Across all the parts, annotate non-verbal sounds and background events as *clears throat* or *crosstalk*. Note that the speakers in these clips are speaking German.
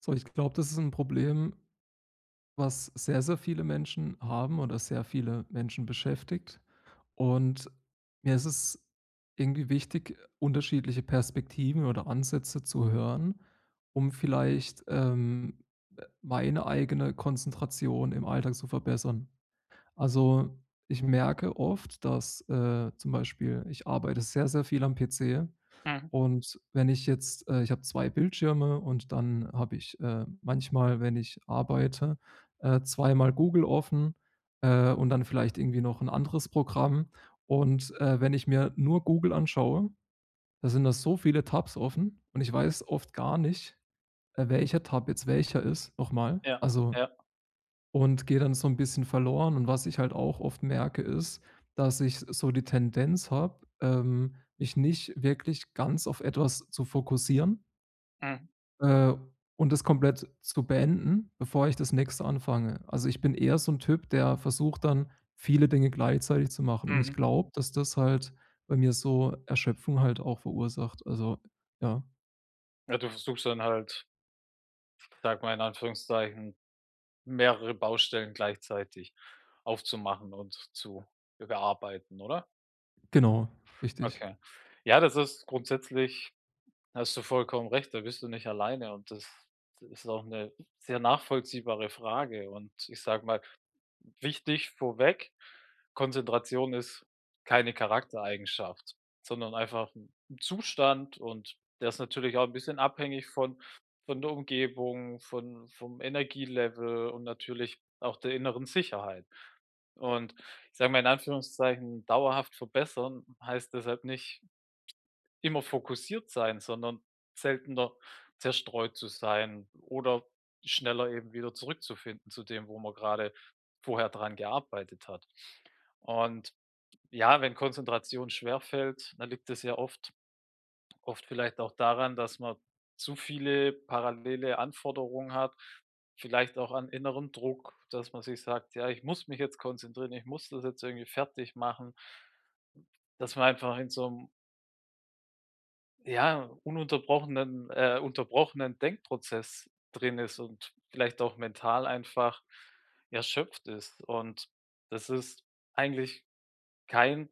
So, ich glaube, das ist ein Problem, was sehr, sehr viele Menschen haben oder sehr viele Menschen beschäftigt. Und mir ist es irgendwie wichtig, unterschiedliche Perspektiven oder Ansätze zu hören, um vielleicht meine eigene Konzentration im Alltag zu verbessern. Also, ich merke oft, dass zum Beispiel ich arbeite sehr, sehr viel am PC Mhm. und wenn ich jetzt ich habe 2 Bildschirme und dann habe ich manchmal, wenn ich arbeite, zweimal Google offen, und dann vielleicht irgendwie noch ein anderes Programm. Und wenn ich mir nur Google anschaue, da sind da so viele Tabs offen und ich weiß oft gar nicht, welcher Tab jetzt welcher ist nochmal. Ja, Also, ja. und gehe dann so ein bisschen verloren, und was ich halt auch oft merke, ist, dass ich so die Tendenz habe, mich nicht wirklich ganz auf etwas zu fokussieren, Mhm. äh, und das komplett zu beenden, bevor ich das Nächste anfange. Also, ich bin eher so ein Typ, der versucht dann, viele Dinge gleichzeitig zu machen, und ich Mhm. glaube, dass das halt bei mir so Erschöpfung halt auch verursacht. Also, ja, Ja, du versuchst dann halt, sag mal in Anführungszeichen, mehrere Baustellen gleichzeitig aufzumachen und zu bearbeiten, oder? genau, richtig. Okay. Ja, das ist grundsätzlich Hast du vollkommen recht, da bist du nicht alleine und das ist auch eine sehr nachvollziehbare Frage, und ich sage mal, wichtig vorweg, Konzentration ist keine Charaktereigenschaft, sondern einfach ein Zustand, und der ist natürlich auch ein bisschen abhängig von der Umgebung, von vom Energielevel und natürlich auch der inneren Sicherheit. Und ich sage mal in Anführungszeichen, dauerhaft verbessern heißt deshalb nicht immer fokussiert sein, sondern seltener zerstreut zu sein oder schneller eben wieder zurückzufinden zu dem, wo man gerade vorher dran gearbeitet hat. Und ja, wenn Konzentration schwerfällt, dann liegt es ja oft vielleicht auch daran, dass man zu viele parallele Anforderungen hat, vielleicht auch an innerem Druck, dass man sich sagt: „Ja, ich muss mich jetzt konzentrieren, ich muss das jetzt irgendwie fertig machen.“ Dass man einfach in so 'nem Ja, ununterbrochenen unterbrochenen Denkprozess drin ist und vielleicht auch mental einfach erschöpft ist. Und das ist eigentlich kein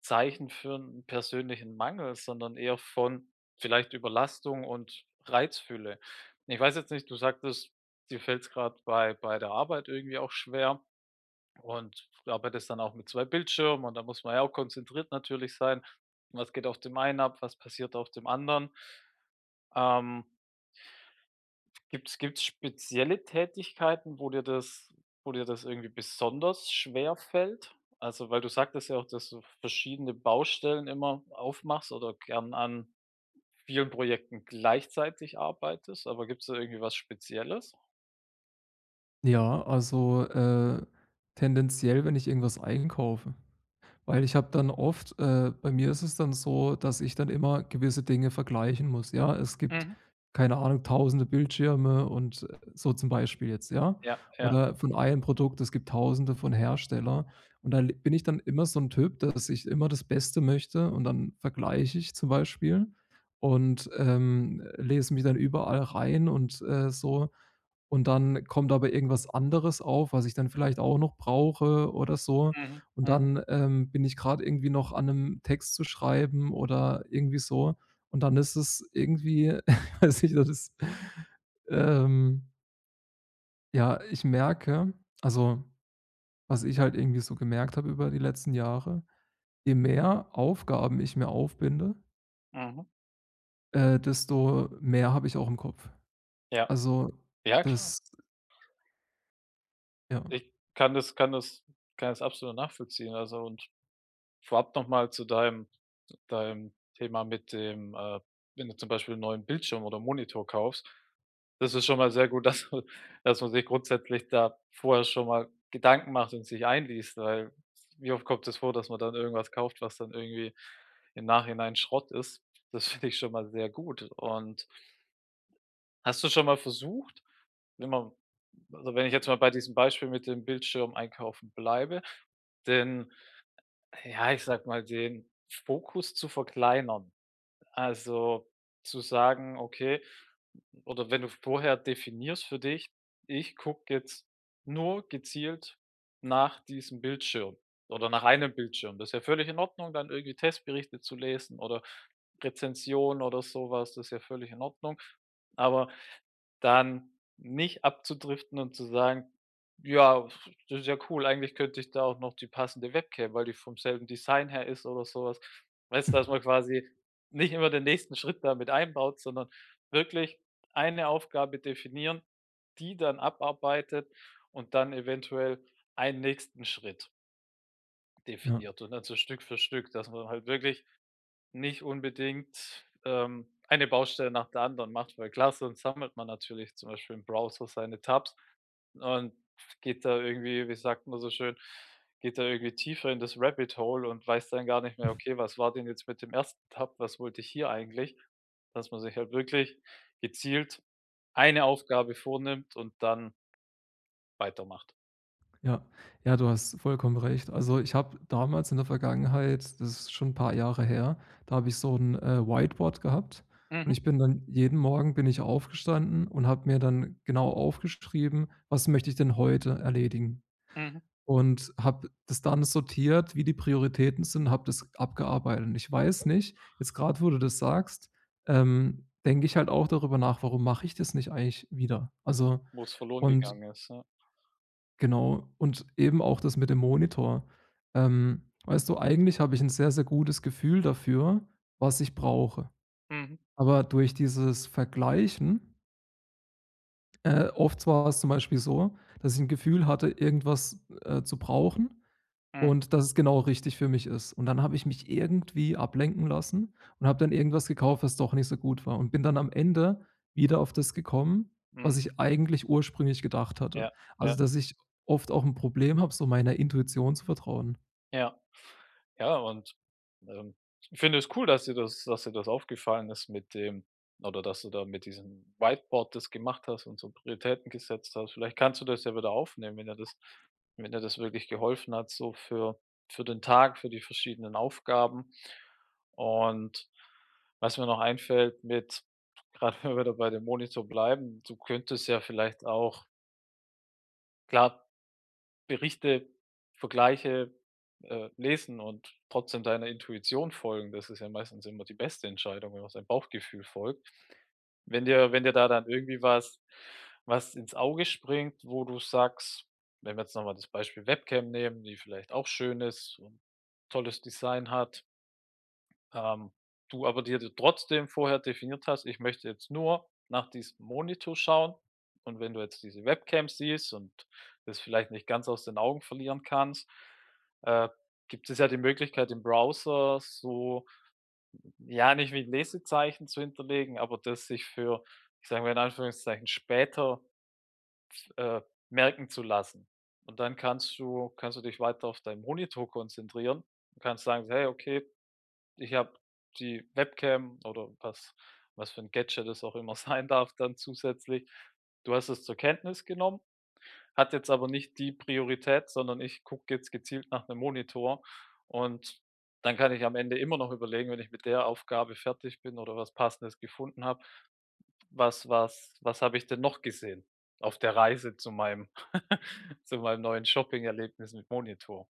Zeichen für einen persönlichen Mangel, sondern eher von vielleicht Überlastung und Reizfülle. Ich weiß jetzt nicht, du sagtest, dir fällt es gerade bei der Arbeit irgendwie auch schwer, und du arbeitest dann auch mit 2 Bildschirmen, und da muss man ja auch konzentriert natürlich sein. Was geht auf dem einen ab, was passiert auf dem anderen? Ähm, gibt's spezielle Tätigkeiten, wo dir das irgendwie besonders schwer fällt? Also, weil du sagtest ja auch, dass du verschiedene Baustellen immer aufmachst oder gern an vielen Projekten gleichzeitig arbeitest, aber gibt's da irgendwie was Spezielles? Ja, also, tendenziell, wenn ich irgendwas einkaufe. Weil ich habe dann oft, bei mir ist es dann so, dass ich dann immer gewisse Dinge vergleichen muss, ja? Es gibt, Mhm. keine Ahnung, tausende Bildschirme und so zum Beispiel jetzt, ja? Ja, ja. Oder von einem Produkt, es gibt tausende von Hersteller. Und da le bin ich dann immer so ein Typ, dass ich immer das Beste möchte, und dann vergleiche ich zum Beispiel und, lese mich dann überall rein, und so. Und dann kommt aber irgendwas anderes auf, was ich dann vielleicht auch noch brauche oder so. Mhm, Und mhm, dann bin ich gerade irgendwie noch an einem Text zu schreiben oder irgendwie so. Und dann ist es irgendwie *laughs* ich weiß nicht, das ist ähm, ja, ich merke also, was ich halt irgendwie so gemerkt habe über die letzten Jahre, je mehr Aufgaben ich mir aufbinde, mhm. Desto mehr habe ich auch im Kopf. Ja. Also, Ja, klar. das ja, Ich kann das absolut nachvollziehen, also, und vorab nochmal zu deinem Thema mit dem, wenn du zum Beispiel 'n neuen Bildschirm oder Monitor kaufst. Das ist schon mal sehr gut, *laughs* dass man sich grundsätzlich da vorher schon mal Gedanken macht und sich einliest, weil wie oft kommt es vor, dass man dann irgendwas kauft, was dann irgendwie im Nachhinein Schrott ist? Das *laughs* finde ich schon mal sehr gut. Und hast du schon mal versucht, wenn man also, wenn ich jetzt mal bei diesem Beispiel mit dem Bildschirm einkaufen bleibe, denn ja, ich sag mal, den Fokus zu verkleinern. Also zu sagen, okay, oder wenn du vorher definierst für dich, ich gucke jetzt nur gezielt nach diesem Bildschirm oder nach einem Bildschirm. Das ist ja völlig in Ordnung, dann irgendwie Testberichte zu lesen oder Rezensionen oder sowas, das ist ja völlig in Ordnung. Aber dann nicht abzudriften und zu sagen: „Ja, das ist ja cool, eigentlich könnte ich da auch noch die passende Webcam, weil die vom selben Design her ist“ oder sowas was. Weißt du, dass *laughs* man quasi nicht immer den nächsten Schritt da mit einbaut, sondern wirklich eine Aufgabe definieren, die dann abarbeitet und dann eventuell einen nächsten Schritt ja. definiert und dann so Stück für Stück, dass man halt wirklich nicht unbedingt, eine Baustelle nach der anderen macht, weil klar, sonst sammelt man natürlich zum Beispiel im Browser seine Tabs und geht da irgendwie, wie sagt man so schön, geht da irgendwie tiefer in das Rabbit Hole und weiß dann gar nicht mehr: „Okay, was war denn jetzt mit dem ersten Tab? Was wollte ich hier eigentlich?“ Dass man sich halt wirklich gezielt eine Aufgabe vornimmt und dann weitermacht. Ja, ja, du hast vollkommen recht. Also, ich habe damals in der Vergangenheit, das ist schon ein paar Jahre her, da habe ich so 'n, Whiteboard gehabt, und Mhm, ich bin dann jeden Morgen bin ich aufgestanden und habe mir dann genau aufgeschrieben: „Was möchte ich denn heute erledigen?“ mhm. Und habe das dann sortiert, wie die Prioritäten sind, habe das abgearbeitet. Und ich weiß nicht, jetzt gerade wo du das sagst, denke ich halt auch darüber nach: „Warum mache ich das nicht eigentlich wieder?“ Also, Wo's verloren und gegangen ist, ja. genau, und eben auch das mit dem Monitor. Weißt du, eigentlich habe ich ein sehr, sehr gutes Gefühl dafür, was ich brauche. Mhm, Aber durch dieses Vergleichen, oft war es zum Beispiel so, dass ich ein Gefühl hatte, irgendwas zu brauchen mhm, und dass es genau richtig für mich ist. Und dann habe ich mich irgendwie ablenken lassen und habe dann irgendwas gekauft, was doch nicht so gut war, und bin dann am Ende wieder auf das gekommen, was mhm. ich eigentlich ursprünglich gedacht hatte. Ja, ja, Also, dass ich oft auch ein Problem habe, so meiner Intuition zu vertrauen. ja. Ja, und, ähm, ich finde es cool, dass dir das aufgefallen ist mit dem, oder dass du da mit diesem Whiteboard das gemacht hast und so Prioritäten gesetzt hast. Vielleicht kannst du das ja wieder aufnehmen, wenn dir das wenn dir das wirklich geholfen hat, so für den Tag, für die verschiedenen Aufgaben. Und was mir noch einfällt mit *laughs* gerade wenn wir wieder bei dem Monitor bleiben, du könntest ja vielleicht auch klar, Berichte, Vergleiche, lesen und trotzdem deiner Intuition folgen. Das ist ja meistens immer die beste Entscheidung, wenn man seinem Bauchgefühl folgt. Wenn dir da dann irgendwie was ins Auge springt, wo du sagst, wenn wir jetzt noch mal das Beispiel Webcam nehmen, die vielleicht auch schön ist und tolles Design hat, ähm, du aber dir d trotzdem vorher definiert hast: „Ich möchte jetzt nur nach diesem Monitor schauen“, und wenn du jetzt diese Webcam siehst und das vielleicht nicht ganz aus den Augen verlieren kannst, äh, gibt es ja die Möglichkeit im Browser so ja, nicht wie Lesezeichen zu hinterlegen, aber das sich für, ich sage mal in Anführungszeichen, später, äh, merken zu lassen. Und dann kannst du dich weiter auf deinen Monitor konzentrieren und kannst sagen: „Hey, okay, ich habe die Webcam oder was für ein Gadget es auch immer *laughs* sein darf dann zusätzlich. Du hast es zur Kenntnis genommen, hat jetzt aber nicht die Priorität, sondern ich gucke jetzt gezielt nach einem Monitor, und dann kann ich am Ende immer noch überlegen, wenn ich mit der Aufgabe fertig bin oder was Passendes gefunden habe: Was habe ich denn noch gesehen auf der Reise zu meinem *laughs* zu meinem neuen Shopping-Erlebnis mit Monitor?“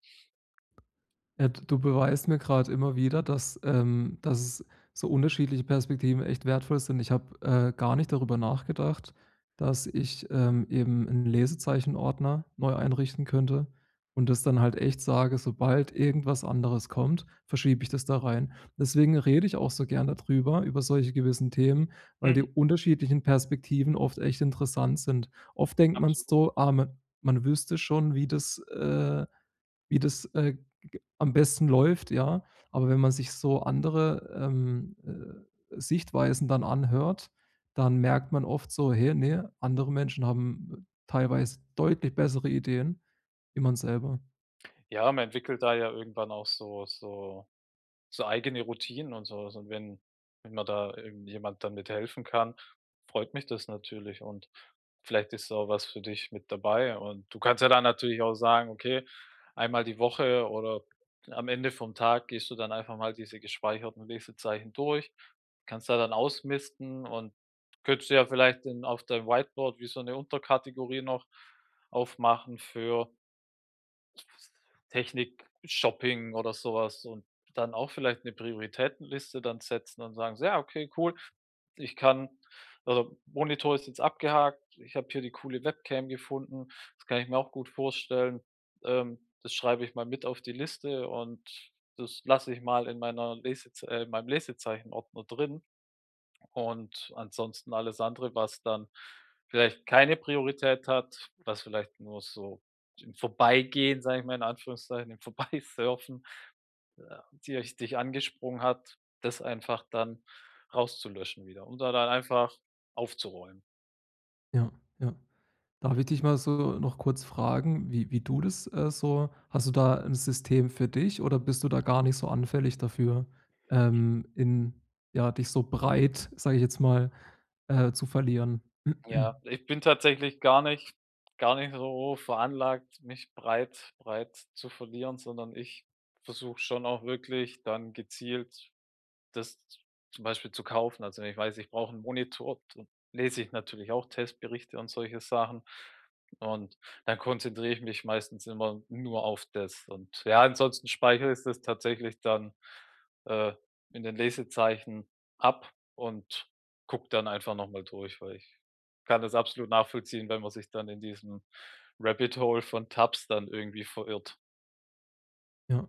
Ja, d du beweist mir gerade immer wieder, dass dass es so unterschiedliche Perspektiven echt wertvoll sind. Ich habe, gar nicht darüber nachgedacht, dass ich eben einen Lesezeichenordner neu einrichten könnte und das dann halt echt sage: „Sobald irgendwas anderes kommt, verschiebe ich das da rein.“ Deswegen rede ich auch so gern darüber über solche gewissen Themen, weil die Mhm. unterschiedlichen Perspektiven oft echt interessant sind. Oft denkt man Absolut. so: „Ah, man wüsste schon, wie das, wie das, g am besten läuft, ja. Aber wenn man sich so andere Sichtweisen dann anhört, dann merkt man oft so: „Hey, nee, andere Menschen haben teilweise deutlich bessere Ideen wie man selber.“ Ja, man entwickelt da ja irgendwann auch so eigene Routinen und sowas, und wenn man da irgendjemand dann mit helfen kann, freut mich das natürlich, und vielleicht ist da auch was für dich mit dabei, und du kannst ja dann natürlich auch sagen: „Okay, einmal die Woche oder am Ende vom Tag gehst du dann einfach mal diese gespeicherten Lesezeichen durch.“ Kannst da dann ausmisten, und könntest du ja vielleicht in auf deinem Whiteboard wie so eine Unterkategorie noch aufmachen für Technik, Shopping oder sowas, und dann auch vielleicht eine Prioritätenliste dann setzen und sagen so: „Ja, okay, cool. Ich kann Also, Monitor ist jetzt abgehakt. Ich habe hier die coole Webcam gefunden. Das kann ich mir auch gut vorstellen. Das schreibe ich mal mit auf die Liste, und das lasse ich mal in meiner Lesez in meinem Lesezeichen-Ordner drin.“ Und ansonsten alles andere, was dann vielleicht keine Priorität hat, was vielleicht nur so im Vorbeigehen, sage ich mal in Anführungszeichen, im *laughs* Vorbeisurfen, äh, die euch dich angesprungen hat, das einfach dann rauszulöschen wieder und da dann einfach aufzuräumen. Ja, ja. Darf ich dich mal so noch kurz fragen, wie du das so, hast du da ein System für dich oder bist du da gar nicht so anfällig dafür, in ja, dich so breit, sage ich jetzt mal, zu verlieren? Ja, *clears throat* ich bin tatsächlich gar nicht so veranlagt, mich breit zu verlieren, sondern ich versuche schon auch wirklich dann gezielt das zum Beispiel zu kaufen. Also, wenn ich weiß, ich brauche einen Monitor, dann lese ich natürlich auch Testberichte und solche Sachen. Und dann konzentriere ich mich meistens immer nur auf das. Und ja, ansonsten speichere ich das tatsächlich dann, äh, in den Lesezeichen ab und gucke dann einfach noch mal durch, weil ich kann das absolut nachvollziehen, wenn man sich dann in diesem Rabbit Hole von Tabs dann irgendwie verirrt. Ja.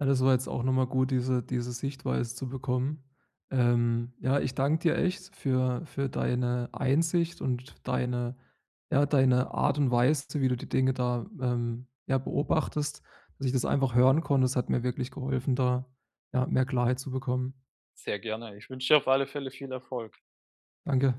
Ja, das war jetzt auch nochmal gut, diese Sichtweise zu bekommen. Ja, ich danke dir echt für deine Einsicht und deine, ja, deine Art und Weise, wie du die Dinge da ja, beobachtest, dass ich das einfach hören konnte. Das hat mir wirklich geholfen, da, ja, mehr Klarheit zu bekommen. Sehr gerne. Ich wünsche dir auf alle Fälle viel Erfolg. Danke.